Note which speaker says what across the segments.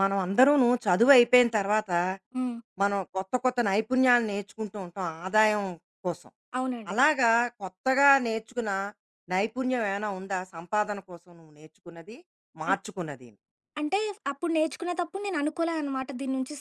Speaker 1: మనం అందరూను చదువు అయిపోయిన తర్వాత
Speaker 2: హ్మ్.
Speaker 1: మనం కొత్త కొత్త నైపుణ్యాలు నేర్చుకుంటూ ఉంటాం ఆదాయం కోసం.
Speaker 2: అవునండి.
Speaker 1: అలాగా కొత్తగా నేర్చుకున్న నైపుణ్యం ఏమైనా ఉందా? సంపాదన కోసం నువ్వు నేర్చుకున్నది,
Speaker 2: అన్
Speaker 1: మార్చుకున్నది?
Speaker 2: అంటే అప్పుడు నేర్చుకునేతప్పుడు నేను అనుకోలే అనమాట. దీని నుంచి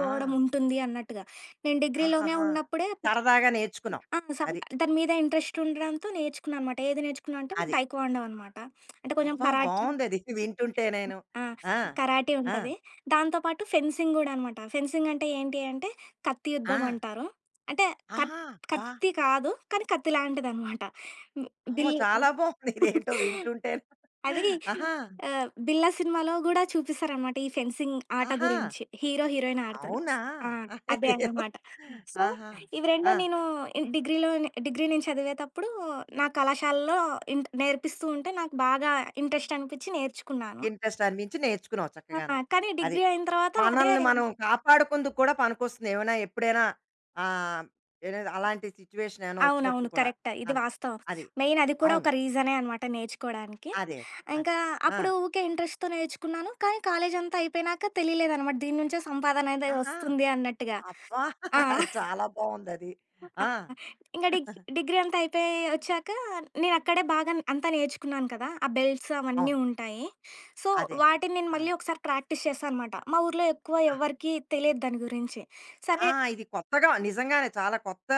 Speaker 1: ఆ!
Speaker 2: ఉంటుంది అన్నట్టుగా. నేను డిగ్రీలోనే
Speaker 1: ఆహాహా!
Speaker 2: ఉన్నప్పుడే
Speaker 1: సరదాగా నేర్చుకున్నావు.
Speaker 2: ఆ! సం
Speaker 1: అది.
Speaker 2: దాని మీద ఇంట్రెస్ట్ ఉండడంతో నేర్చుకున్నా అనమాట. ఏది నేర్చుకున్నా అంటే
Speaker 1: అది.
Speaker 2: టైక్వాండో అనమాట. అంటే కొంచెం
Speaker 1: అబ్బా!
Speaker 2: కరాటీ.
Speaker 1: బావుందది వింటుంటే నేను.
Speaker 2: ఆ!
Speaker 1: ఆ!
Speaker 2: కరాటీ
Speaker 1: ఆ!
Speaker 2: ఉంటది. దాంతో పాటు ఫెన్సింగ్ గూడా అనమాట. ఫెన్సింగ్ అంటే ఏంటి అంటే కత్తి
Speaker 1: ఆ!
Speaker 2: యుద్ధం అంటారు. అంటే కత్
Speaker 1: ఆహా! అబ్బా!
Speaker 2: కత్తి కాదు. కానీ కత్తి లాంటిదనమాట. హ్మ్.
Speaker 1: అమ్మో!
Speaker 2: బిల్
Speaker 1: చాలా బావుంది. ఇదేంటో వింటుంటేను.
Speaker 2: అది
Speaker 1: ఆహా!
Speaker 2: 'బిల్లా' సినిమాలో గూడా చూపిస్తారనమాట. ఈ ఫెన్సింగ్ ఆట
Speaker 1: ఆహా!
Speaker 2: గురించి. హీరో, హీరోయిన్ ఆడతారు.
Speaker 1: అవునా!
Speaker 2: ఆ! అదే
Speaker 1: అదేదో
Speaker 2: అన్నమాట. సో,
Speaker 1: ఆహా!
Speaker 2: ఇవి 2
Speaker 1: ఆ!
Speaker 2: నేను డిగ్రీలో డిగ్రీ నేను చదివేతప్పుడు నా కళాశాలలో నేర్పిస్తూ ఉంటే నాకు బాగా ఇంట్రెస్ట్ అనిపిచ్చి నేర్చుకున్నాను.
Speaker 1: ఇంట్రెస్ట్ అనిపించి నేర్చుకున్నావు చక్కగాను.
Speaker 2: ఆ! కానీ
Speaker 1: అది.
Speaker 2: డిగ్రీ అయిన తర్వాత అదే.
Speaker 1: మనల్ని మనం కాపాడుకుందుకు కూడా పనికొస్తుంది. ఏమైనా ఎప్పుడైనా ఆహ్, ఏదైనా అలాంటి సిట్యుయేషన్ ఏమైనా వచ్చినప్పుడు
Speaker 2: అవునవును.
Speaker 1: కూడా
Speaker 2: కరెక్ట్. ఇది
Speaker 1: అన్న
Speaker 2: వాస్తవం.
Speaker 1: అది.
Speaker 2: మెయిన్ అది కూడా
Speaker 1: అవును.
Speaker 2: ఒక రీజనే అనమాట నేర్చుకోడానికి.
Speaker 1: అదే.
Speaker 2: హ్మ్.
Speaker 1: అదే.
Speaker 2: ఇంకా
Speaker 1: ఆ!
Speaker 2: అప్పుడు ఊకే ఇంట్రెస్ట్‌తో నేర్చుకున్నాను. కానీ కాలేజంతా అయిపోయినాక తెలియలేదనమాట. దీని నుంచే సంపాదన అనేది
Speaker 1: ఆహా!
Speaker 2: వస్తుంది అన్నట్టుగా.
Speaker 1: అబ్బా!
Speaker 2: ఆ!
Speaker 1: అది చాలా బావుందది. ఆ!
Speaker 2: ఇంక డిగ్రీ అంతా అయిపోయి ఒచ్చాక నేనక్కడే బాగా అంతా నేర్చుకున్నాను కదా! ఆ బెల్ట్స్ అవన్నీ
Speaker 1: అవును.
Speaker 2: ఉంటాయి. సో,
Speaker 1: అదే.
Speaker 2: వాటిని నేను
Speaker 1: ఆ!
Speaker 2: మళ్ళీ ఒకసారి ప్రాక్టీస్ చేశా అనమాట. మా ఊర్లో ఎక్కువ
Speaker 1: ఆహా!
Speaker 2: ఎవ్వరికీ తెలియదు దాని గురించి.
Speaker 1: ఆ!
Speaker 2: సరే
Speaker 1: ఇది కొత్తగా నిజంగానే చాలా కొత్త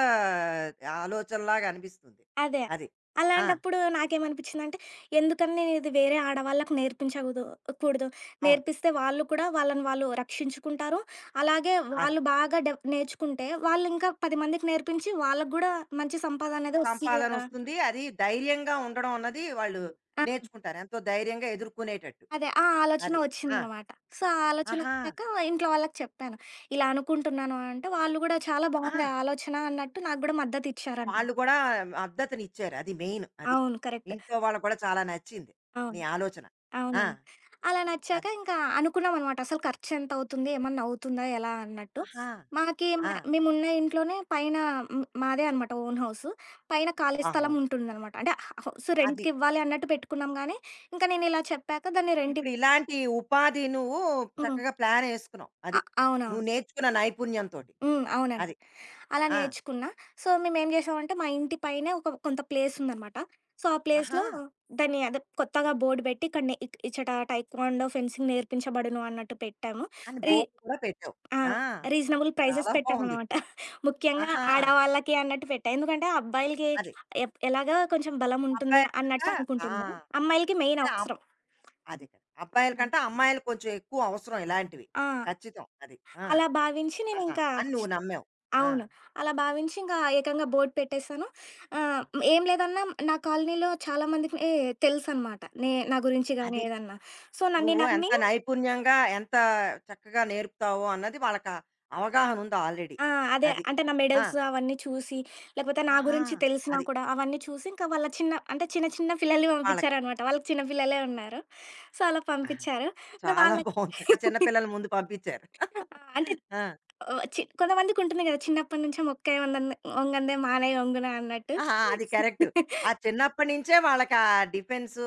Speaker 1: ఆలోచనలాగా అనిపిస్తుంది.
Speaker 2: అదే.
Speaker 1: అది. ఆ!
Speaker 2: అలాంటప్పుడు నాకేమనిపిచ్చిందంటే, ఎందుకని నేనిది వేరే ఆడవాళ్ళకి కూడదు.
Speaker 1: అవును.
Speaker 2: నేర్పిస్తే వాళ్ళు కూడా వాళ్ళని వాళ్ళు రక్షించుకుంటారు. అలాగే
Speaker 1: అది.
Speaker 2: వాళ్ళు బాగా నేర్చుకుంటే, వాళ్ళింకా 10 మందికి నేర్పించి వాళ్ళకి గూడా మంచి సంపాదననేది ఒస్తుంది గదా!
Speaker 1: సంపాదనొస్తుంది. అది ధైర్యంగా ఉండడం అన్నది వాళ్ళు
Speaker 2: ఆ!
Speaker 1: నేర్చుకుంటారు. ఎంతో ధైర్యంగా ఎదుర్కొనేటట్టు.
Speaker 2: అదే. ఆ ఆలోచన
Speaker 1: అది. ఆ!
Speaker 2: ఒచ్చిందనమాట. సో, ఆ
Speaker 1: ఆహా!
Speaker 2: ఆలోచనొచ్చాక ఇంట్లో వాళ్ళకి చెప్పాను. ఇలా అనుకుంటున్నాను అంటే, వాళ్ళు గూడా చాలా
Speaker 1: ఆ!
Speaker 2: బావుంది ఆలోచన అన్నట్టు నాకు గూడా మద్దతిచ్చారనమాట.
Speaker 1: వాళ్ళు గూడా మద్దతునిచ్చారు. అది మెయిన్ అది.
Speaker 2: అవును. కరెక్ట్.
Speaker 1: ఇంట్లో వాళ్ళకి గూడా చాలా నచ్చింది నీ
Speaker 2: అవును.
Speaker 1: ఆలోచన.
Speaker 2: అవును.
Speaker 1: ఆ!
Speaker 2: అలా నచ్చాక
Speaker 1: అది.
Speaker 2: ఇంకా అనుకున్నామనమాట. అసలు ఖర్చెంతవుతుంది? ఏమన్నా అవుతుందా? ఎలా అన్నట్టు.
Speaker 1: ఆహా!
Speaker 2: మాకి మ
Speaker 1: ఆ! ఆ!
Speaker 2: మేమున్న ఇంట్లోనే పైన హ్మ్, మాదే అనమాట ఓన్ హౌసు. పైన ఖాళీ స్థలం
Speaker 1: అవును.
Speaker 2: ఉంటుందనమాట. అంటే హౌసు
Speaker 1: అది.
Speaker 2: రెంట్‌కివ్వాలి అన్నట్టు పెట్టుకున్నాం గానీ, ఇంకా నేనిలా చెప్పాక దాన్ని
Speaker 1: ఇప్పుడు ఇలాంటి ఉపాధి నువ్వు
Speaker 2: హ్మ్.
Speaker 1: చక్కగా ప్లానేసుకున్నావు. అది.
Speaker 2: అ
Speaker 1: నువ్వు
Speaker 2: అవునవును.
Speaker 1: నేర్చుకున్న నైపుణ్యంతోటి.
Speaker 2: హ్మ్. అవునండి.
Speaker 1: అది.
Speaker 2: అలా
Speaker 1: ఆ!
Speaker 2: నేర్చుకున్నా. సో, మేమేం చేసామంటే, మా ఇంటి పైనే ఒక కొంత ప్లేసుందనమాట. సో, ఆ
Speaker 1: ఆహా!
Speaker 2: ప్లేస్‌లో దాన్ని అదే కొత్తగా బోర్డ్ పెట్టి, ఇక్కడ నే ఇక్ ఇచ్చట టైక్వాండో, ఫెన్సింగ్ నేర్పించబడును అన్నట్టు పెట్టాము.
Speaker 1: అని
Speaker 2: రీ
Speaker 1: బోర్డ్
Speaker 2: నైస్.
Speaker 1: కూడా పెట్టావు.
Speaker 2: ఆ!
Speaker 1: ఆ!
Speaker 2: రీజనబుల్ ప్రైజెస్
Speaker 1: చాలా బావుంది.
Speaker 2: పెట్టామనమాట. ముఖ్యంగా
Speaker 1: ఆహా!
Speaker 2: ఆడవాళ్ళకి అన్నట్టు పెట్టా. ఎందుకంటే, అబ్బాయిలకి
Speaker 1: అది.
Speaker 2: ఎలాగో కొంచెం బలముంటుంది
Speaker 1: అబ్బాయిలకంట
Speaker 2: అన్నట్టు
Speaker 1: ఆ!
Speaker 2: అనుకుంటున్నా. అమ్మాయిలకి మెయిన్
Speaker 1: అం
Speaker 2: అవసరం.
Speaker 1: అదే కదా! అబ్బాయిలకంటే అమ్మాయిలు కొంచెం ఎక్కువ అవసరం ఇలాంటివి.
Speaker 2: ఆ!
Speaker 1: ఖచ్చితం అది. ఆ!
Speaker 2: అలా భావించి
Speaker 1: ఆహా!
Speaker 2: నేనింకా
Speaker 1: అని నువ్వు నమ్మావు. ఆ!
Speaker 2: అవును. అలా భావించి ఇంకా ఏకంగా బోర్డ్ పెట్టేసాను. ఆహ్, ఏం లేదన్నా నా కాలనీలో చాలా మందికి తెలుసనమాట. నా గురించి గాని
Speaker 1: అది.
Speaker 2: ఏదన్నా. సో, నన్ను
Speaker 1: నువ్వు
Speaker 2: నమ్మి
Speaker 1: ఎంత నైపుణ్యంగా, ఎంత చక్కగా నేర్పుతావో అన్నది వాళ్ళకి ఆ అవగాహన ఉంది ఆల్రెడీ.
Speaker 2: ఆ! అదే
Speaker 1: అది.
Speaker 2: అంటే నా
Speaker 1: ఆ!
Speaker 2: మెడల్స్ అవన్నీ చూసి, లేకపోతే నా
Speaker 1: ఆహా!
Speaker 2: గురించి తెలిసినా
Speaker 1: అది.
Speaker 2: కూడా అవన్నీ చూసి ఇంకా వాళ్ళ చిన్న అంటే చిన్న చిన్న పిల్లల్ని
Speaker 1: వాళ్ళకి
Speaker 2: పంపించారనమాట. వాళ్ళకి చిన్న పిల్లలే ఉన్నారు. సో, అలా
Speaker 1: ఆ!
Speaker 2: పంపించారు. ఇంకా
Speaker 1: చాలా
Speaker 2: వాళ్ళకి
Speaker 1: బావుంది. చక్కగా చిన్న పిల్లల ముందు పంపించారు.
Speaker 2: ఆ! అంటే
Speaker 1: ఆ!
Speaker 2: ఆహ్, చి కొంతమందికుంటుంది గదా! చిన్నప్పటి నుంచే మొక్కే వంగందే మానై వంగునా అన్నట్టు.
Speaker 1: ఆహా! అది కరెక్ట్. ఆ చిన్నప్పటి నుంచే వాళ్ళకి ఆ డిఫెన్సు,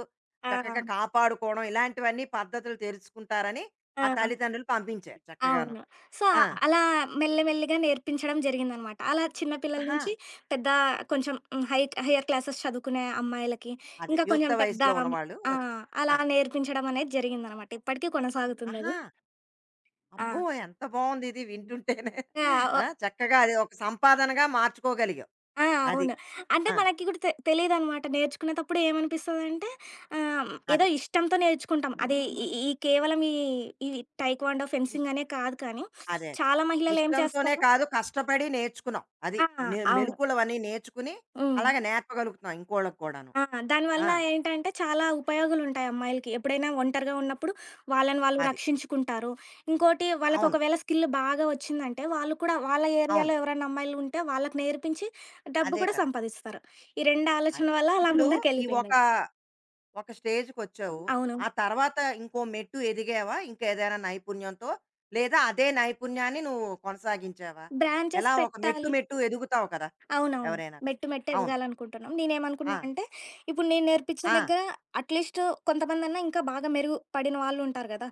Speaker 2: ఆ!
Speaker 1: చక్కగా కాపాడుకోవడం ఇలాంటివన్నీ పద్ధతులు తెలుసుకుంటారని
Speaker 2: ఆ!
Speaker 1: ఆ తల్లిదండ్రులు పంపించారు చక్కగాను.
Speaker 2: అవును. సో,
Speaker 1: ఆ!
Speaker 2: హ్మ్. అలా మెల్లి మెల్లిగా నేర్పించడం జరిగిందనమాట. అలా చిన్న పిల్లల
Speaker 1: ఆహా!
Speaker 2: నుంచి పెద్ద కొంచెం హ్మ్, హై హైయర్ క్లాసెస్ చదువుకునే అమ్మాయిలకి,
Speaker 1: అదే
Speaker 2: ఇంకా
Speaker 1: యుక్త
Speaker 2: కొంచెం పెద్ద
Speaker 1: వయసులో ఉన్నవాళ్ళు
Speaker 2: ఆ!
Speaker 1: వచ్చారు.
Speaker 2: అలా
Speaker 1: ఆ!
Speaker 2: నేర్పించడం అనేది జరిగిందనమాట. ఇప్పటికి కొనసాగుతుందది.
Speaker 1: ఆహా!
Speaker 2: ఆ!
Speaker 1: అబ్బో! ఎంత బావుందిది వింటుంటేనే.
Speaker 2: ఆ!
Speaker 1: ఆ!
Speaker 2: ఒ
Speaker 1: చక్కగా అది ఒక సంపాదనగా మార్చుకోగలిగావు.
Speaker 2: ఆ!
Speaker 1: అది.
Speaker 2: అవును. అంటే
Speaker 1: ఆ!
Speaker 2: మనకి కూడా తెలీదనమాట. నేర్చుకునేటప్పుడు ఏమనిపిస్తదంటే ఆహ్, ఏదో
Speaker 1: అది.
Speaker 2: ఇష్టంతో నేర్చుకుంటాం. అది ఈ ఈ కేవలం ఈ ఈ టైక్వాండో,
Speaker 1: ఇష్
Speaker 2: ఫెన్సింగ్ అనే కాదు కానీ,
Speaker 1: అదే అదే.
Speaker 2: చాలా మహిళలేం
Speaker 1: ఇష్టంతోనే
Speaker 2: చేస్తారు.
Speaker 1: కాదు కష్టపడి నేర్చుకున్నావు. అది.
Speaker 2: ఆ!
Speaker 1: మె
Speaker 2: అవును.
Speaker 1: మెలుకువలవన్నీ నేర్చుకుని
Speaker 2: హ్మ్.
Speaker 1: అలాగే నేర్పగలుగుతున్నావు ఇంకోళ్ళకి కూడాను.
Speaker 2: ఆ!
Speaker 1: ఆ!
Speaker 2: దానివల్ల ఏంటంటే చాలా ఉపయోగాలుంటాయి అమ్మాయిలకి. ఎప్పుడైనా ఒంటరిగా ఉన్నప్పుడు వాళ్ళని వాళ్ళు
Speaker 1: అది.
Speaker 2: రక్షించుకుంటారు. ఇంకోటి వాళ్ళకి
Speaker 1: అవును.
Speaker 2: ఒకవేళ స్కిల్ బాగా వచ్చిందంటే, వాళ్ళు కూడా వాళ్ళ
Speaker 1: అవును.
Speaker 2: ఏరియాలో ఎవరైనా అమ్మాయిలుంటే వాళ్ళకి నేర్పించి డబ్బు
Speaker 1: అదే
Speaker 2: కూడా
Speaker 1: కదా!
Speaker 2: సంపాదిస్తారు. ఈ 2 ఆలోచన
Speaker 1: అదే.
Speaker 2: వల్ల అలా
Speaker 1: ఇప్పుడు ఈ ఒక,
Speaker 2: ముందుకెళ్ళిపోయిందది.
Speaker 1: ఒక స్టేజ్‌కొచ్చావు.
Speaker 2: అవును.
Speaker 1: ఆ తర్వాత ఇంకో మెట్టు ఎదిగావా? ఇంకేదైనా నైపుణ్యంతో? లేదా అదే నైపుణ్యాన్ని నువ్వు కొనసాగించావా?
Speaker 2: బ్రాంచెస్
Speaker 1: ఎలా ఒక మెట్టు,
Speaker 2: పెట్టాలి.
Speaker 1: మెట్టు ఎదుగుతావు కదా!
Speaker 2: అవునవును.
Speaker 1: ఎవరైనా.
Speaker 2: మెట్టు మెట్టు
Speaker 1: అవును.
Speaker 2: ఎదగాలనుకుంటున్నాం.
Speaker 1: ఆ!
Speaker 2: నేనేమనుకున్నా అంటే, ఇప్పుడు నేను నేర్పించిన
Speaker 1: ఆ!
Speaker 2: దగ్గర అట్‌లీస్ట్ కొంతమందన్నా ఇంకా బాగా మెరుగుపడిన వాళ్ళుంటారు గదా!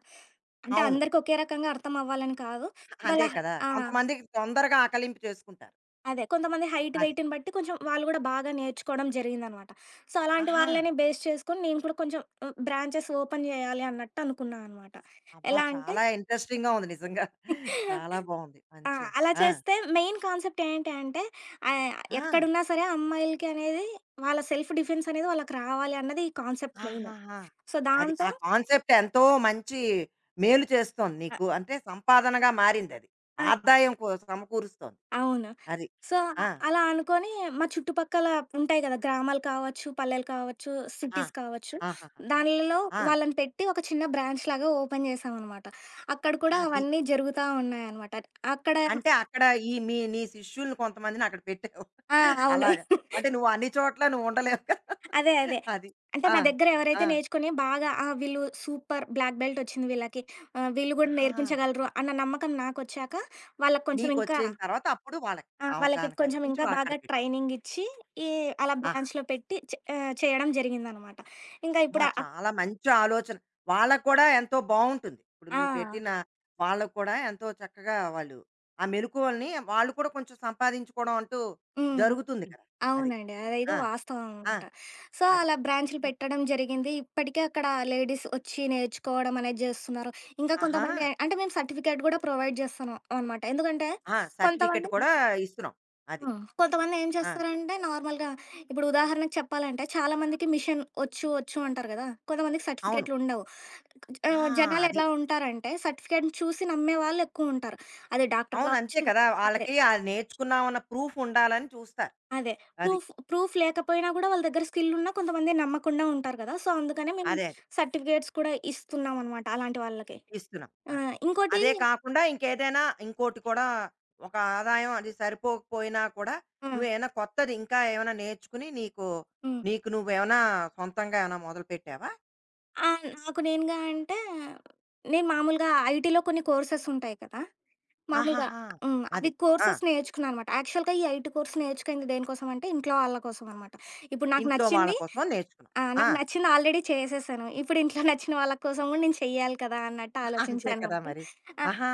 Speaker 2: అంటే
Speaker 1: అవును.
Speaker 2: అందరికి ఒకే రకంగా అర్థం అవ్వాలని కాదు. వాళ్ళ
Speaker 1: అదే కదా!
Speaker 2: ఆ!
Speaker 1: కొంతమందికి తొందరగా ఆకలింపు చేసుకుంటారు.
Speaker 2: అదే. కొంతమంది హైట్,
Speaker 1: అది.
Speaker 2: వెయిట్‌ని బట్టి కొంచెం వాళ్ళు గూడా బాగా నేర్చుకోవడం జరిగిందనమాట. సో, అలాంటి
Speaker 1: ఆహా!
Speaker 2: వాళ్ళని బేస్ చేసుకొని నేను కూడా కొంచెం బ్రాంచెస్ ఓపెన్ జేయాలి అన్నట్టు అనుకున్నా అనమాట.
Speaker 1: అబ్బా!
Speaker 2: ఎలా అంటే
Speaker 1: చాలా ఇంట్రెస్టింగ్‌గా ఉంది నిజంగా. చాలా బావుంది.
Speaker 2: ఆ!
Speaker 1: మంచి
Speaker 2: అలా
Speaker 1: ఆ!
Speaker 2: చేస్తే మెయిన్ కాన్సెప్ట్ ఏంటి అంటే ఆహ్,
Speaker 1: ఆ!
Speaker 2: ఎక్కడున్నా సరే అమ్మాయిలకి అనేది వాళ్ళ సెల్ఫ్ డిఫెన్స్ అనేది వాళ్ళకి రావాలి అన్నది ఈ కాన్సెప్ట్ మెయిన్.
Speaker 1: ఆహాహా!
Speaker 2: సో,
Speaker 1: అది
Speaker 2: దాంతో
Speaker 1: ఆ కాన్సెప్ట్ ఎంతో మంచి మేలు చేస్తోంది
Speaker 2: అ
Speaker 1: నీకు. అంటే సంపాదనగా మారిందది.
Speaker 2: ఆ!
Speaker 1: ఆదాయం కో సమకూరుస్తోంది.
Speaker 2: అవును.
Speaker 1: అది.
Speaker 2: సో,
Speaker 1: ఆ!
Speaker 2: అలా అనుకోని మా చుట్టుపక్కల ఉంటాయి కదా! గ్రామాలు కావచ్చు, పల్లెలు కావచ్చు,
Speaker 1: ఆ!
Speaker 2: సిటీస్ కావచ్చు.
Speaker 1: ఆహాహా!
Speaker 2: దానిలలో
Speaker 1: ఆ!
Speaker 2: వాళ్ళని పెట్టి ఒక చిన్న బ్రాంచ్ లాగా ఓపెన్ చేశామనమాట. అక్కడ కూడా
Speaker 1: అది.
Speaker 2: అవన్నీ జరుగుతా ఉన్నాయనమాట. అక్కడ
Speaker 1: అంటే అక్కడ ఈ మీ నీ శిష్యుల్ని కొంతమందిని అక్కడ పెట్టావు.
Speaker 2: ఆ! అవును.
Speaker 1: అలాగా. అంటే నువ్వు అన్ని చోట్ల నువ్వు ఉండలేవు కదా!
Speaker 2: అదే. అదే.
Speaker 1: అది.
Speaker 2: అంటే
Speaker 1: ఆ!
Speaker 2: నా దగ్గర
Speaker 1: ఆ!
Speaker 2: ఎవరైతే నేర్చుకొని బాగా వీళ్ళు సూపర్ బ్లాక్ బెల్ట్ వచ్చింది వీళ్ళకి. ఆహ్, వీళ్ళు గూడా
Speaker 1: ఆహా!
Speaker 2: నేర్పించగలరు అన్న నమ్మకం నాకొచ్చాక వాళ్ళకి కొంచెం ఇంకా
Speaker 1: నీకొచ్చిన తర్వాత అప్పుడు వాళ్ళకి
Speaker 2: ఆ! వాళ్ళకి
Speaker 1: అవగాహన
Speaker 2: కొంచెం
Speaker 1: కల్పించి
Speaker 2: ఇంకా
Speaker 1: వా- అక్కడ
Speaker 2: బాగా
Speaker 1: పెట్టావు.
Speaker 2: ట్రైనింగ్ ఇచ్చి ఈ అలా
Speaker 1: ఆహా!
Speaker 2: బ్రాంచ్‌లో పెట్టి చేయడం జరిగిందనమాట. ఇంకా
Speaker 1: అమ్మ!
Speaker 2: ఇప్పుడు ఆ!
Speaker 1: చాలా మంచి ఆలోచన. వాళ్ళకి కూడా ఎంతో బావుంటుంది. ఇప్పుడు
Speaker 2: ఆ!
Speaker 1: నువ్వు పెట్టిన వాళ్ళకి కూడా ఎంతో చక్కగా వాళ్ళు ఆ మెలుకువల్ని వాళ్ళు కూడా కొంచెం సంపాదించుకోవడం అంటూ
Speaker 2: హ్మ్.
Speaker 1: జరుగుతుంది కదా! అది.
Speaker 2: అవునండి. అదైతే
Speaker 1: ఆ!
Speaker 2: వాస్తవం
Speaker 1: ఆ!
Speaker 2: అనుకుంటా. సో,
Speaker 1: అది.
Speaker 2: అలా బ్రాంచ్‌లు పెట్టడం జరిగింది. ఇప్పటికే అక్కడ లేడీస్ వచ్చి నేర్చుకోవడం అనేది జేస్తున్నారు. ఇంకా
Speaker 1: ఆహా!
Speaker 2: కొంతమంది అంటే మేము సర్టిఫికేట్ గూడా ప్రొవైడ్ జేస్తున్నాం అనమాట. ఎందుకంటే
Speaker 1: ఆ! సర్టిఫికేట్
Speaker 2: కొంతమంది
Speaker 1: కూడా ఇస్తున్నాం. అది.
Speaker 2: హ్మ్. కొంతమంది ఏం
Speaker 1: ఆ!
Speaker 2: చేస్తారంటే నార్మల్‌గా ఇప్పుడు ఉదాహరణకు చెప్పాలంటే చాలా మందికి మిషన్ ఒచ్చు, ఒచ్చు అంటారు గదా! కొంతమందికి
Speaker 1: అవును.
Speaker 2: సర్టిఫికేట్‌లుండవు.
Speaker 1: ఆ!
Speaker 2: ఆహ్, జనాలు
Speaker 1: అది.
Speaker 2: ఎలా ఉంటారంటే సర్టిఫికేట్‌ని చూసి నమ్మే వాళ్ళు ఎక్కువుంటారు. అది డాక్టర్
Speaker 1: అవును. అంతే
Speaker 2: గావచ్చు.
Speaker 1: కదా!
Speaker 2: అదే.
Speaker 1: వాళ్ళకి ఆ నేర్చుకున్నామన్న ప్రూఫ్ ఉండాలని చూస్తారు.
Speaker 2: అదే.
Speaker 1: అది.
Speaker 2: ప్రూఫ్ ప్రూఫ్ లేకపోయినా గూడా వాళ్ళ దగ్గర స్కిల్లున్నా కొంతమంది నమ్మకుండా ఉంటారు కదా! సో, అందుకనే మేము
Speaker 1: అదే.
Speaker 2: సర్టిఫికేట్స్ కూడా ఇస్తున్నామనమాట అలాంటి వాళ్ళకి.
Speaker 1: ఇస్తున్నాం.
Speaker 2: ఆ!
Speaker 1: అది.
Speaker 2: ఇంకోటి
Speaker 1: అదే కాకుండా ఇంకేదైనా ఇంకోటి కూడా ఒక ఆదాయం అది సరిపోకపోయినా కూడా
Speaker 2: ఆ!
Speaker 1: నువ్వేమైనా కొత్తది ఇంకా ఏమైనా నేర్చుకుని నీకు
Speaker 2: హ్మ్.
Speaker 1: నీకు నువ్వేమైనా సొంతంగా ఏమైనా మొదలుపెట్టావా?
Speaker 2: ఆ! నాకు నేనుగా అంటే, నేను మామూలుగా ఐటీలో కొన్ని కోర్సెస్ ఉంటాయి కదా! మామూలుగా
Speaker 1: ఆహాహా!
Speaker 2: హ్మ్. అవి
Speaker 1: అది. ఆ!
Speaker 2: కోర్సెస్ నేర్చుకున్నా అనమాట. యాక్చువల్‌గా ఈ ఐటీ కోర్స్ నేర్చుకుంది దేనికోసం అంటే, ఇంట్లో వాళ్ళ కోసం అనమాట. ఇప్పుడు నాకు
Speaker 1: ఇంట్లో వాళ్ళ
Speaker 2: నచ్చింది
Speaker 1: కోసం నేర్చుకున్నావు.
Speaker 2: ఆ!
Speaker 1: ఆ!
Speaker 2: నాకు నచ్చింది ఆల్రెడీ చేసేసాను. ఇప్పుడు ఇంట్లో నచ్చిన వాళ్ళ కోసం గూడా నేను చెయ్యాలి కదా! అన్నట్టు
Speaker 1: అంతే కదా
Speaker 2: ఆలోచించాననమాట.
Speaker 1: మరి.
Speaker 2: ఆ!
Speaker 1: ఆహా!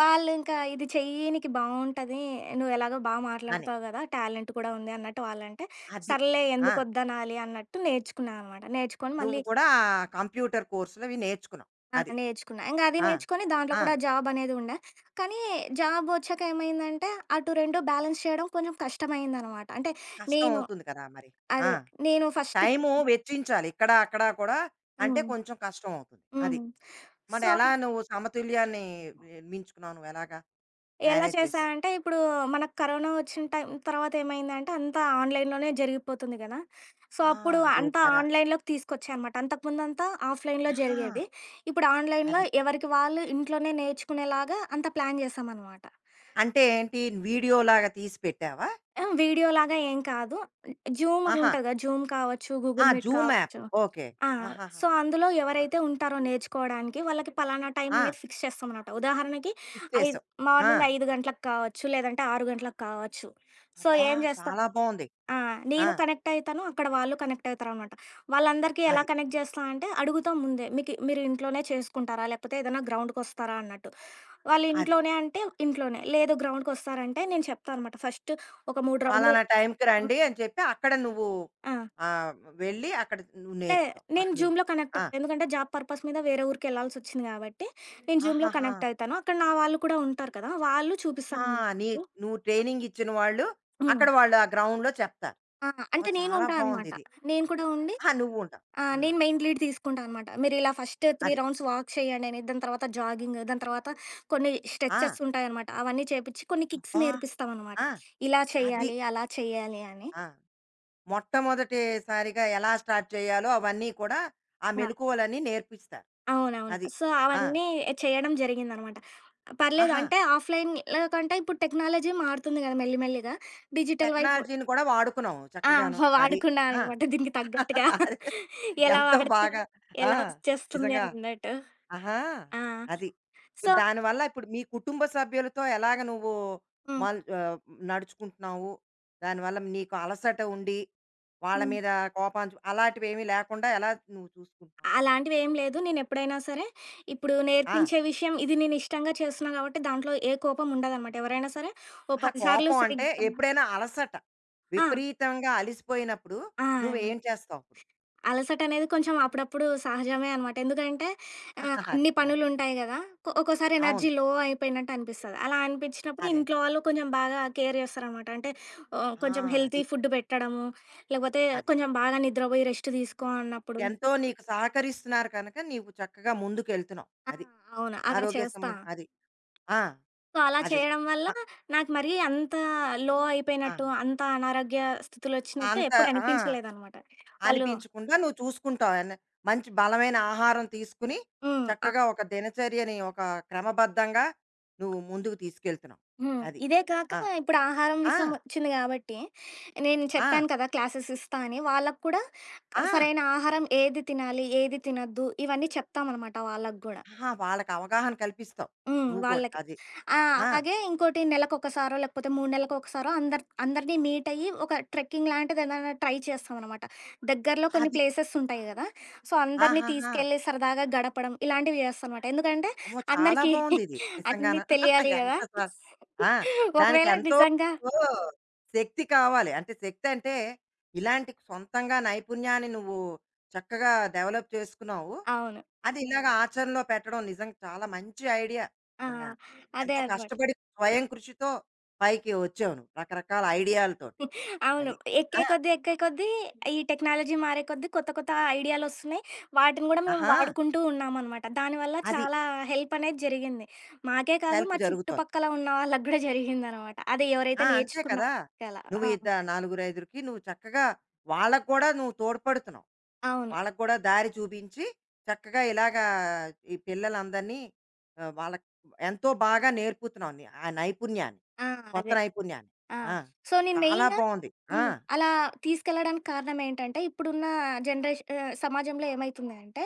Speaker 2: వాళ్ళింకా ఇది చెయ్యి నీకు బావుంటది. నువ్వెలాగో బా
Speaker 1: అని.
Speaker 2: మాట్లాడతావు గదా! టాలెంట్ కూడా ఉంది అన్నట్టు వాళ్ళంటే,
Speaker 1: అది.
Speaker 2: సర్లే
Speaker 1: ఆ!
Speaker 2: ఎందుకొద్దనాలి అన్నట్టు నేర్చుకున్నా అనమాట. నేర్చుకొని
Speaker 1: నువ్వు
Speaker 2: మళ్ళీ
Speaker 1: కూడా ఆ కంప్యూటర్ కోర్సులవి నేర్చుకున్నావు.
Speaker 2: ఆ!
Speaker 1: అది.
Speaker 2: నేర్చుకున్నా. ఇంగ అది
Speaker 1: ఆ!
Speaker 2: నేర్చుకొని దాంట్లో
Speaker 1: ఆ!
Speaker 2: కూడా జాబ్ అనేది ఉండే. కానీ జాబొచ్చాక ఏమైందంటే, అటు 2 బ్యాలెన్స్ చేయడం కొంచెం కష్టమయిందనమాట. అంటే
Speaker 1: కష్టం
Speaker 2: నేను
Speaker 1: అవుతుంది కదా మరి. ఆ!
Speaker 2: అదే. నేను ఫస్ట్
Speaker 1: టైము వెచ్చించాలి. ఇక్కడ, అక్కడ కూడా అంటే
Speaker 2: హ్మ్.
Speaker 1: కొంచెం కష్టం అవుతుంది. అది.
Speaker 2: హ్మ్.
Speaker 1: మరి
Speaker 2: సో,
Speaker 1: ఎలా నువ్వు సమతుల్యాన్ని నిర్మించుకున్నావు? నువ్వెలాగా
Speaker 2: ఎలా
Speaker 1: మేనేజ్
Speaker 2: చేశా
Speaker 1: చేసావు?
Speaker 2: అంటే, ఇప్పుడు మనకు కరోనా వచ్చిన టైం తర్వాత ఏమైందంటే, అంతా ఆన్‌లైన్‌లోనే జరిగిపోతుంది గదా! సో,
Speaker 1: ఆ!
Speaker 2: అప్పుడు
Speaker 1: అదోటి
Speaker 2: అంతా
Speaker 1: కదా!
Speaker 2: ఆన్‌లైన్‌లోకి తీసుకొచ్చా అనమాట. అంతకుముందంతా ఆఫ్‌లైన్‌లో
Speaker 1: ఆహా!
Speaker 2: జరిగేది. ఇప్పుడు ఆన్‌లైన్‌లో
Speaker 1: అది.
Speaker 2: ఎవరికి వాళ్ళు ఇంట్లోనే నేర్చుకునేలాగా అంత ప్లాన్ చేశామనమాట.
Speaker 1: అంటే ఏంటి వీడియోలాగా తీసి పెట్టావా?
Speaker 2: ఆ! వీడియోలాగా ఏం కాదు. జూమ్ అని
Speaker 1: ఆహా!
Speaker 2: ఉంటది గదా! జూమ్ కావచ్చు,
Speaker 1: ఆ!
Speaker 2: Google Meet
Speaker 1: Zoom app.
Speaker 2: కావచ్చు.
Speaker 1: ఓకే. ఓకే.
Speaker 2: ఆ!
Speaker 1: ఆహాహా!
Speaker 2: సో, అందులో ఎవరైతే ఉంటారో నేర్చుకోవడానికి, వాళ్ళకి పలానా టైం
Speaker 1: ఆ!
Speaker 2: అనేది ఫిక్స్ చేస్తామనమాట. ఉదాహరణకి
Speaker 1: క్లిక్
Speaker 2: ఐ
Speaker 1: చేసావు. ఆ!
Speaker 2: మార్నింగ్ 5 గంటలకు కావచ్చు, లేదంటే 6 గంటలకు కావచ్చు. సో,
Speaker 1: అబ్బా!
Speaker 2: ఏం చేస్తాం
Speaker 1: చాలా బావుంది.
Speaker 2: ఆ!
Speaker 1: ఆ!
Speaker 2: నేను కనెక్ట్ అయితాను. అక్కడ వాళ్ళు కనెక్ట్ అవుతారనమాట. వాళ్ళందరికీ ఎలా
Speaker 1: అది.
Speaker 2: కనెక్ట్ చేస్తా అంటే, అడుగుతాం ముందే. మీకు మీరు ఇంట్లోనే చేసుకుంటారా? లేకపోతే ఏదైనా గ్రౌండ్‌కొస్తారా అన్నట్టు. వాళ్ళు
Speaker 1: అది.
Speaker 2: ఇంట్లోనే అంటే ఇంట్లోనే. లేదు గ్రౌండ్‌కొస్తారంటే నేను చెప్తా అనమాట. ఫస్ట్ ఒక 3 రౌండ్‌లు
Speaker 1: పలానా టైంకి రండి
Speaker 2: హ్మ్.
Speaker 1: అని చెప్పి అక్కడ నువ్వు
Speaker 2: ఆ!
Speaker 1: ఆహ్, వెళ్ళి అక్కడ నువ్వు
Speaker 2: లే.
Speaker 1: నేర్పుతావు.
Speaker 2: నేను
Speaker 1: అక్కడ
Speaker 2: జూమ్‌లో
Speaker 1: ఇంప్రూవ్.
Speaker 2: కనెక్ట్
Speaker 1: ఆ!
Speaker 2: అవుతా. ఎందుకంటే జాబ్ పర్పస్ మీద వేరే ఊరికెళ్ళాల్సొచ్చింది గాబట్టి, నేను జూమ్‌లో
Speaker 1: ఆహాహా!
Speaker 2: కనెక్ట్ అయితాను. అక్కడ నా వాళ్ళు కూడా ఉంటారు కదా! వాళ్ళు
Speaker 1: ఆ!
Speaker 2: చూపిస్తారనమాట
Speaker 1: నీ
Speaker 2: నాకు.
Speaker 1: నువ్వు ట్రైనింగ్ ఇచ్చిన వాళ్ళు
Speaker 2: హ్మ్.
Speaker 1: అక్కడ వాళ్ళు ఆ గ్రౌండ్‌లో చెప్తారు.
Speaker 2: ఆ! అంటే
Speaker 1: ఓహ్!
Speaker 2: నేను
Speaker 1: చాలా
Speaker 2: ఉంటా అనమాట.
Speaker 1: బావుందిది.
Speaker 2: నేను కూడా ఉండి
Speaker 1: ఆ! నువ్వు ఉంటావు.
Speaker 2: ఆహ్,
Speaker 1: హ్మ్.
Speaker 2: నేను మెయిన్ లీడ్ తీసుకుంటా అనమాట. మీరిలా ఫస్ట్ 3
Speaker 1: అది.
Speaker 2: రౌండ్స్ వాక్ చేయండి అని, దాని తర్వాత జాగింగ్, దాని తర్వాత కొన్ని
Speaker 1: ఆ!
Speaker 2: స్ట్రెచెస్ ఉంటాయనమాట. అవన్నీ చేపిచ్చి కొన్ని కిక్స్
Speaker 1: అబ్బా!
Speaker 2: నేర్పిస్తామనమాట.
Speaker 1: ఆ!
Speaker 2: ఇలా
Speaker 1: అది.
Speaker 2: చేయాలి, అలా చేయాలి అని.
Speaker 1: ఆ! మొట్టమొదటిసారిగా ఎలా స్టార్ట్ చేయాలో అవన్నీ కూడా ఆ
Speaker 2: ఆ!
Speaker 1: మెలకువలన్నీ నేర్పిస్తారు.
Speaker 2: అవునవును.
Speaker 1: అది.
Speaker 2: సో,
Speaker 1: ఆ!
Speaker 2: అవన్నీ చేయడం జరిగిందనమాట. పర్లేదు
Speaker 1: ఆహా!
Speaker 2: అంటే ఆఫ్‌లైన్‌లో కంటే ఇప్పుడు టెక్నాలజీ మారుతుంది గదా! మెల్లి మెల్లిగా. డిజిటల్ వైపు
Speaker 1: టెక్నాలజీని కూడా వాడుకున్నావు
Speaker 2: ఆ!
Speaker 1: చక్కగాను. అది.
Speaker 2: వాడుకున్నా
Speaker 1: ఆ!
Speaker 2: అనమాట దీనికి తగ్గట్టుగా.
Speaker 1: అదే.
Speaker 2: ఎలా
Speaker 1: ఎంతో
Speaker 2: వాడితే
Speaker 1: బాగా ఆ!
Speaker 2: ఎలా వచ్చేస్తుంది
Speaker 1: నిజంగా
Speaker 2: అన్నట్టు.
Speaker 1: ఆహా!
Speaker 2: ఆ!
Speaker 1: అది.
Speaker 2: సో,
Speaker 1: ఇప్పుడు దానివల్ల ఇప్పుడు మీ కుటుంబ సభ్యులతో ఎలాగ నువ్వు
Speaker 2: హ్మ్.
Speaker 1: మల్ నడుచుకుంటున్నావు? దానివల్ల నీకు అలసట ఉండి, వాళ్ళ
Speaker 2: హ్మ్.
Speaker 1: మీద కోపం చూ అలాంటివేమీ లేకుండా ఎలా నువ్వు చూసుకుంటున్నావు?
Speaker 2: అలాంటివేం లేదు. నేనెప్పుడైనా సరే ఇప్పుడు
Speaker 1: ఆ!
Speaker 2: నేర్పించే విషయం ఇది నేను ఇష్టంగా చేస్తున్నా కాబట్టి దాంట్లో ఏ కోపం ఉండదనమాట. ఎవరైనా సరే ఓ
Speaker 1: అహా!
Speaker 2: 10 సార్లు
Speaker 1: కోపం అంటే
Speaker 2: సరిగ్గా
Speaker 1: ఎప్పుడైనా అలసట.
Speaker 2: ఆ!
Speaker 1: విపరీతంగా అలిసిపోయినప్పుడు
Speaker 2: ఆ!
Speaker 1: నువ్వేం చేస్తావప్పుడు?
Speaker 2: అలసటనేది కొంచెం అప్పుడప్పుడు సహజమే అనమాట. ఎందుకంటే
Speaker 1: అది.
Speaker 2: అన్ని
Speaker 1: అది.
Speaker 2: పనులుంటాయి గదా! ఒక్కోసారి
Speaker 1: అవును.
Speaker 2: ఎనర్జీ లో అయిపోయినట్టు అనిపిస్తది. అలా
Speaker 1: అదే.
Speaker 2: అనిపించినప్పుడు
Speaker 1: అదే.
Speaker 2: ఇంట్లో వాళ్ళు కొంచెం బాగా కేర్ చేస్తారనమాట. అంటే ఆహ్,
Speaker 1: ఆ!
Speaker 2: కొంచెం హెల్తీ
Speaker 1: అది.
Speaker 2: ఫుడ్ పెట్టడము, లేకపోతే
Speaker 1: అది.
Speaker 2: కొంచెం బాగా నిద్రపోయి రెస్ట్ తీసుకో అన్నప్పుడు
Speaker 1: ఎంతో నీకు సహకరిస్తున్నారు కనుక, నీవు చక్కగా ముందుకెళ్తున్నావు.
Speaker 2: ఆ!
Speaker 1: అది.
Speaker 2: అవును. అలా
Speaker 1: ఆరోగ్య
Speaker 2: చేస్తా.
Speaker 1: సమస్య అది. ఆ!
Speaker 2: సో, అలా
Speaker 1: అది.
Speaker 2: చేయడం వల్ల
Speaker 1: అ
Speaker 2: నాకు మరీ అంత లో
Speaker 1: ఆ!
Speaker 2: అయిపోయినట్టు, అంత అనారోగ్య స్థితులొచ్చినట్టు
Speaker 1: అంత
Speaker 2: ఎప్పుడు
Speaker 1: ఆ!
Speaker 2: అనిపించలేదనమాట. వాళ్ళు
Speaker 1: అనిపించకుండా నువ్వు చూసుకుంటావు. ఎన్ మంచి బలమైన ఆహారం తీసుకుని,
Speaker 2: హ్మ్. ఆ!
Speaker 1: చక్కగా ఒక దినచర్యని ఒక క్రమబద్ధంగా నువ్వు ముందుకు తీసుకెళ్తున్నావు.
Speaker 2: హ్మ్.
Speaker 1: అది.
Speaker 2: ఇదే కాక
Speaker 1: ఆ!
Speaker 2: ఇప్పుడు ఆహారం
Speaker 1: ఆ!
Speaker 2: విషయం వచ్చింది గాబట్టి, నేను
Speaker 1: ఆ!
Speaker 2: చెప్పాను కదా! క్లాసెస్ ఇస్తా అని. వాళ్ళకి కూడా
Speaker 1: ఆ!
Speaker 2: సరైన ఆహారం ఏది తినాలి, ఏది తినొద్దు ఇవన్నీ చెప్తామనమాట వాళ్ళకి గూడా.
Speaker 1: ఆహా! వాళ్ళకి అవగాహన కల్పిస్తావు.
Speaker 2: హ్మ్.
Speaker 1: నువ్వు కూడా.
Speaker 2: వాళ్ళకి.
Speaker 1: అది.
Speaker 2: ఆ!
Speaker 1: ఆ!
Speaker 2: అలాగే ఇంకోటి నెలకొకసారో, లేకపోతే 3 నెలలకొకసారో అందరిని మీట్ అయ్యి ఒక ట్రెక్కింగ్ లాంటిదేదైనా ట్రై చేస్తామనమాట. దగ్గరలో కొన్ని
Speaker 1: అది.
Speaker 2: ప్లేసెస్ ఉంటాయి గదా! సో, అందరిని
Speaker 1: ఆహాహా!
Speaker 2: తీసుకెళ్ళి సరదాగా గడపడం ఇలాంటివి చేస్తానమాట. ఎందుకంటే
Speaker 1: అమ్మో! చాలా
Speaker 2: అందరికీ
Speaker 1: బావుందిది. నిజంగాన.
Speaker 2: అన్నీ తెలియాలి గదా!
Speaker 1: ఎంత స ఆ!
Speaker 2: ఒకవేళ
Speaker 1: దానికెంతో
Speaker 2: నిజంగా
Speaker 1: శక్తి కావాలి. అంటే శక్తంటే, ఇలాంటి సొంతంగా నైపుణ్యాన్ని నువ్వు చక్కగా డెవలప్ చేసుకున్నావు.
Speaker 2: అవును.
Speaker 1: అది ఇలాగ ఆచరణలో పెట్టడం నిజంగా చాలా మంచి ఐడియా
Speaker 2: ఆ!
Speaker 1: నిజంగాన.
Speaker 2: అదే
Speaker 1: ఎంతో
Speaker 2: అనమాట.
Speaker 1: కష్టపడి స్వయం కృషితో పైకి వచ్చావు నువ్వు రకరకాల ఐడియాలతోటి.
Speaker 2: అవును.
Speaker 1: అది. ఆ!
Speaker 2: ఎక్కే కొద్దీ, ఎక్కే కొద్దీ ఈ టెక్నాలజీ మారే కొద్దీ కొత్త కొత్త ఐడియాలొస్తున్నాయి. వాటిని గూడా మేము
Speaker 1: ఆహా!
Speaker 2: వాడుకుంటూ ఉన్నామనమాట. దానివల్ల
Speaker 1: అది.
Speaker 2: చాలా హెల్పనేది జరిగింది. మాకే కాదు
Speaker 1: హెల్ప్
Speaker 2: మా
Speaker 1: జరుగుతోంది.
Speaker 2: చుట్టుపక్కల ఉన్న వాళ్ళకి గూడా జరిగిందనమాట. అది
Speaker 1: ఆ!
Speaker 2: ఎవరైతే
Speaker 1: అంతే కదా!
Speaker 2: నేర్చుకున్నారలా.
Speaker 1: నువ్వు
Speaker 2: ఆ!
Speaker 1: ఇద్ద నలుగురు, ఐదుగురికి నువ్వు చక్కగా వాళ్ళకి కూడా నువ్వు తోడ్పడుతున్నావు.
Speaker 2: అవును.
Speaker 1: వాళ్ళకి కూడా దారి చూపించి చక్కగా ఇలాగా ఈ పిల్లలందరినీ వాళ్ళకి ఎంతో బాగా నేర్పుతున్నావు నీ ఆ నైపుణ్యాన్ని.
Speaker 2: ఆ!
Speaker 1: కొత్త
Speaker 2: అదే.
Speaker 1: నైపుణ్యాన్ని.
Speaker 2: ఆ!
Speaker 1: ఆ!
Speaker 2: సో, నేను
Speaker 1: చాలా
Speaker 2: మెయిను
Speaker 1: బావుంది. ఆ!
Speaker 2: హ్మ్. అలా తీసుకెళ్ళడానికి కారణం ఏంటంటే, ఇప్పుడున్న సమాజంలో ఏమైతుంది అంటే,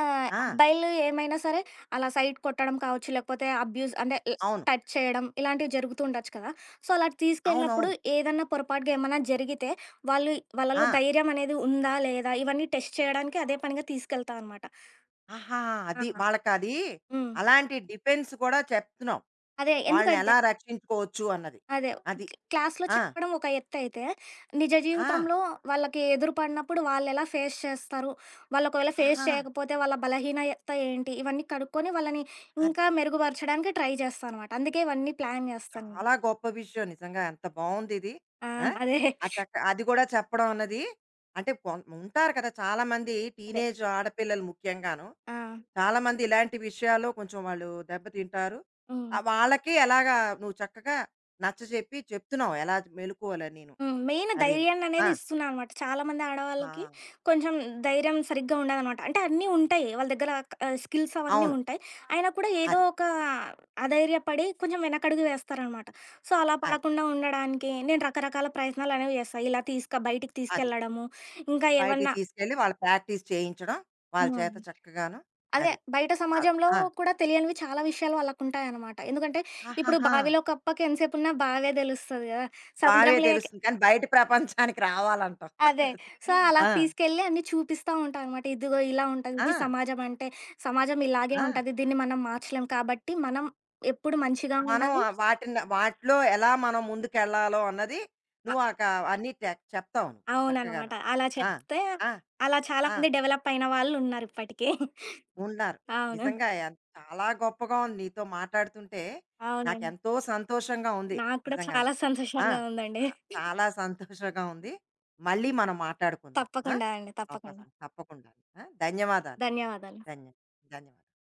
Speaker 2: ఆహ్,
Speaker 1: ఆ!
Speaker 2: అబ్బాయిలు ఏమైనా సరే అలా సైట్ కొట్టడం కావచ్చు, లేకపోతే అబ్యూజ్ అంటే
Speaker 1: అవును.
Speaker 2: టచ్ చేయడం ఇలాంటివి జరుగుతూ ఉండొచ్చు కదా! సో, అలా తీసుకెళ్ళినప్పుడు
Speaker 1: అవునవును.
Speaker 2: ఏదన్నా పొరపాటుగా ఏమన్నా జరిగితే, వాళ్ళు
Speaker 1: ఆ!
Speaker 2: వాళ్ళలో ధైర్యం అనేది ఉందా? లేదా? ఇవన్నీ టెస్ట్ చేయడానికి అదే పనిగా తీసుకెళ్తా అనమాట.
Speaker 1: ఆహా!
Speaker 2: ఆ!
Speaker 1: అది వాళ్ళకది
Speaker 2: హ్మ్.
Speaker 1: అలాంటి డిఫెన్స్ కూడా చెప్తున్నావు.
Speaker 2: అదే ఎందుకంటే
Speaker 1: వాళ్ళనెలా రక్షించుకోవచ్చు అన్నది.
Speaker 2: అదే.
Speaker 1: అది.
Speaker 2: క్లాస్‌లో
Speaker 1: ఆ!
Speaker 2: చెప్పడం ఒక ఎత్తయితే, నిజ
Speaker 1: ఆ!
Speaker 2: జీవితంలో వాళ్ళకి ఎదురు పడినప్పుడు వాళ్ళెలా ఫేస్ చేస్తారు? వాళ్ళొకవేళ ఫేస్
Speaker 1: ఆహా!
Speaker 2: చేయకపోతే వాళ్ళ బలహీనయత ఏంటి? ఇవన్నీ కనుక్కొని వాళ్ళని
Speaker 1: అది.
Speaker 2: ఇంకా మెరుగుపరచడానికి ట్రై చేస్తా అనమాట. అందుకే ఇవన్నీ ప్లాన్ చేస్తాను.
Speaker 1: చాలా గొప్ప విషయం నిజంగా. ఎంత బావుందిది.
Speaker 2: ఆ!
Speaker 1: ఆ!
Speaker 2: అదే.
Speaker 1: ఆ చక్క అది గూడా చెప్పడం అన్నది అంటే కొన్ ఉంటారు కదా! చాలామంది
Speaker 2: అదే.
Speaker 1: టీనేజ్ ఆడపిల్లలు ముఖ్యంగాను.
Speaker 2: ఆ!
Speaker 1: చాలామంది ఇలాంటి విషయాల్లో కొంచెం వాళ్ళు దెబ్బతింటారు.
Speaker 2: హ్మ్.
Speaker 1: వాళ్ళకి ఎలాగా నువ్వు చక్కగా నచ్చజెప్పి చెప్తున్నావు ఎలా మెలుకువలన్నీను.
Speaker 2: హ్మ్. మెయిన్
Speaker 1: అదీను. ఆ!
Speaker 2: ధైర్యాన్ననేది ఇస్తున్నా అనమాట. చాలామంది
Speaker 1: ఆ!
Speaker 2: ఆడవాళ్ళకి కొంచెం ధైర్యం సరిగ్గా ఉండదనమాట. అంటే అన్నీ ఉంటాయి. వాళ్ళ దగ్గర స్కిల్స్ అవన్నీ
Speaker 1: అవును.
Speaker 2: ఉంటాయి. అయినా కూడా ఏదో
Speaker 1: అది.
Speaker 2: ఒక అధైర్యపడి కొంచెం వెనకడుగు వేస్తారనమాట. సో, అలా
Speaker 1: అది.
Speaker 2: పడకుండా ఉండడానికి నేను రకరకాల ప్రయత్నాలనేవి చేస్తా. ఇలా బయటికి
Speaker 1: అది.
Speaker 2: తీసుకెళ్ళడము, ఇంకా
Speaker 1: బయటికి
Speaker 2: ఏమన్నా
Speaker 1: తీసుకెళ్ళి వాళ్ళ ప్రాక్టీస్ చేయించడం. వాళ్ళ చేత
Speaker 2: హ్మ్.
Speaker 1: చక్కగాను
Speaker 2: అదే
Speaker 1: అది.
Speaker 2: బయట
Speaker 1: ఆహ్,
Speaker 2: సమాజంలో
Speaker 1: ఆ!
Speaker 2: కూడా తెలియనివి చాలా విషయాలు వాళ్ళకుంటాయనమాట. ఎందుకంటే, ఇప్పుడు
Speaker 1: ఆహాహా!
Speaker 2: బావిలో కప్పకి ఎంతసేపున్నా బావే తెలుస్తది గదా!
Speaker 1: బావే
Speaker 2: సముద్రంలో
Speaker 1: తెలుస్తుంది. కానీ బయట ప్రపంచానికి రావాలంటావు.
Speaker 2: అదే.
Speaker 1: అది.
Speaker 2: సో, అలా
Speaker 1: ఆ!
Speaker 2: తీసుకెళ్ళి అన్నీ చూపిస్తా ఉంటా అనమాట. ఇదిగో ఇలా ఉంటది.
Speaker 1: ఆ!
Speaker 2: ఇది సమాజం అంటే, సమాజం ఇలాగే
Speaker 1: ఆ!
Speaker 2: ఉంటది. దీన్ని మనం మార్చలేం కాబట్టి, మనం ఎప్పుడు మంచిగా
Speaker 1: మనం
Speaker 2: ఉండాలి.
Speaker 1: ఆ వాటిని వాటిలో ఎలా మనం ముందుకెళ్ళాలో అన్నది
Speaker 2: అ
Speaker 1: నువ్వు ఆక అన్నీ ట చెప్తావు నువ్వు చక్కగాను.
Speaker 2: అవుననమాట. అలా
Speaker 1: ఆ!
Speaker 2: చెప్తే,
Speaker 1: ఆ!
Speaker 2: అలా చాలా
Speaker 1: ఆ!
Speaker 2: మంది డెవలప్ అయిన వాళ్ళున్నారు ఇప్పటికి.
Speaker 1: ఉన్నారు.
Speaker 2: అవును.
Speaker 1: నిజంగా ఎన్ చాలా గొప్పగా ఉంది నీతో మాట్లాడుతుంటే.
Speaker 2: అవునండి.
Speaker 1: నాకెంతో సంతోషంగా ఉంది
Speaker 2: నాకు కూడా
Speaker 1: నిజంగాను.
Speaker 2: చాలా
Speaker 1: ఆ!
Speaker 2: సంతోషంగా ఉందండి.
Speaker 1: చాలా సంతోషంగా ఉంది. మళ్ళీ మనం మాట్లాడుకుందాం. ఆ!
Speaker 2: తప్పకుండా అండి. తప్పకుండా.
Speaker 1: అవకాశం తప్పకుండా. ఆ! ధన్యవాదాలు.
Speaker 2: ధన్యవాదాలు.
Speaker 1: ధన్య ధన్యవాదాలు.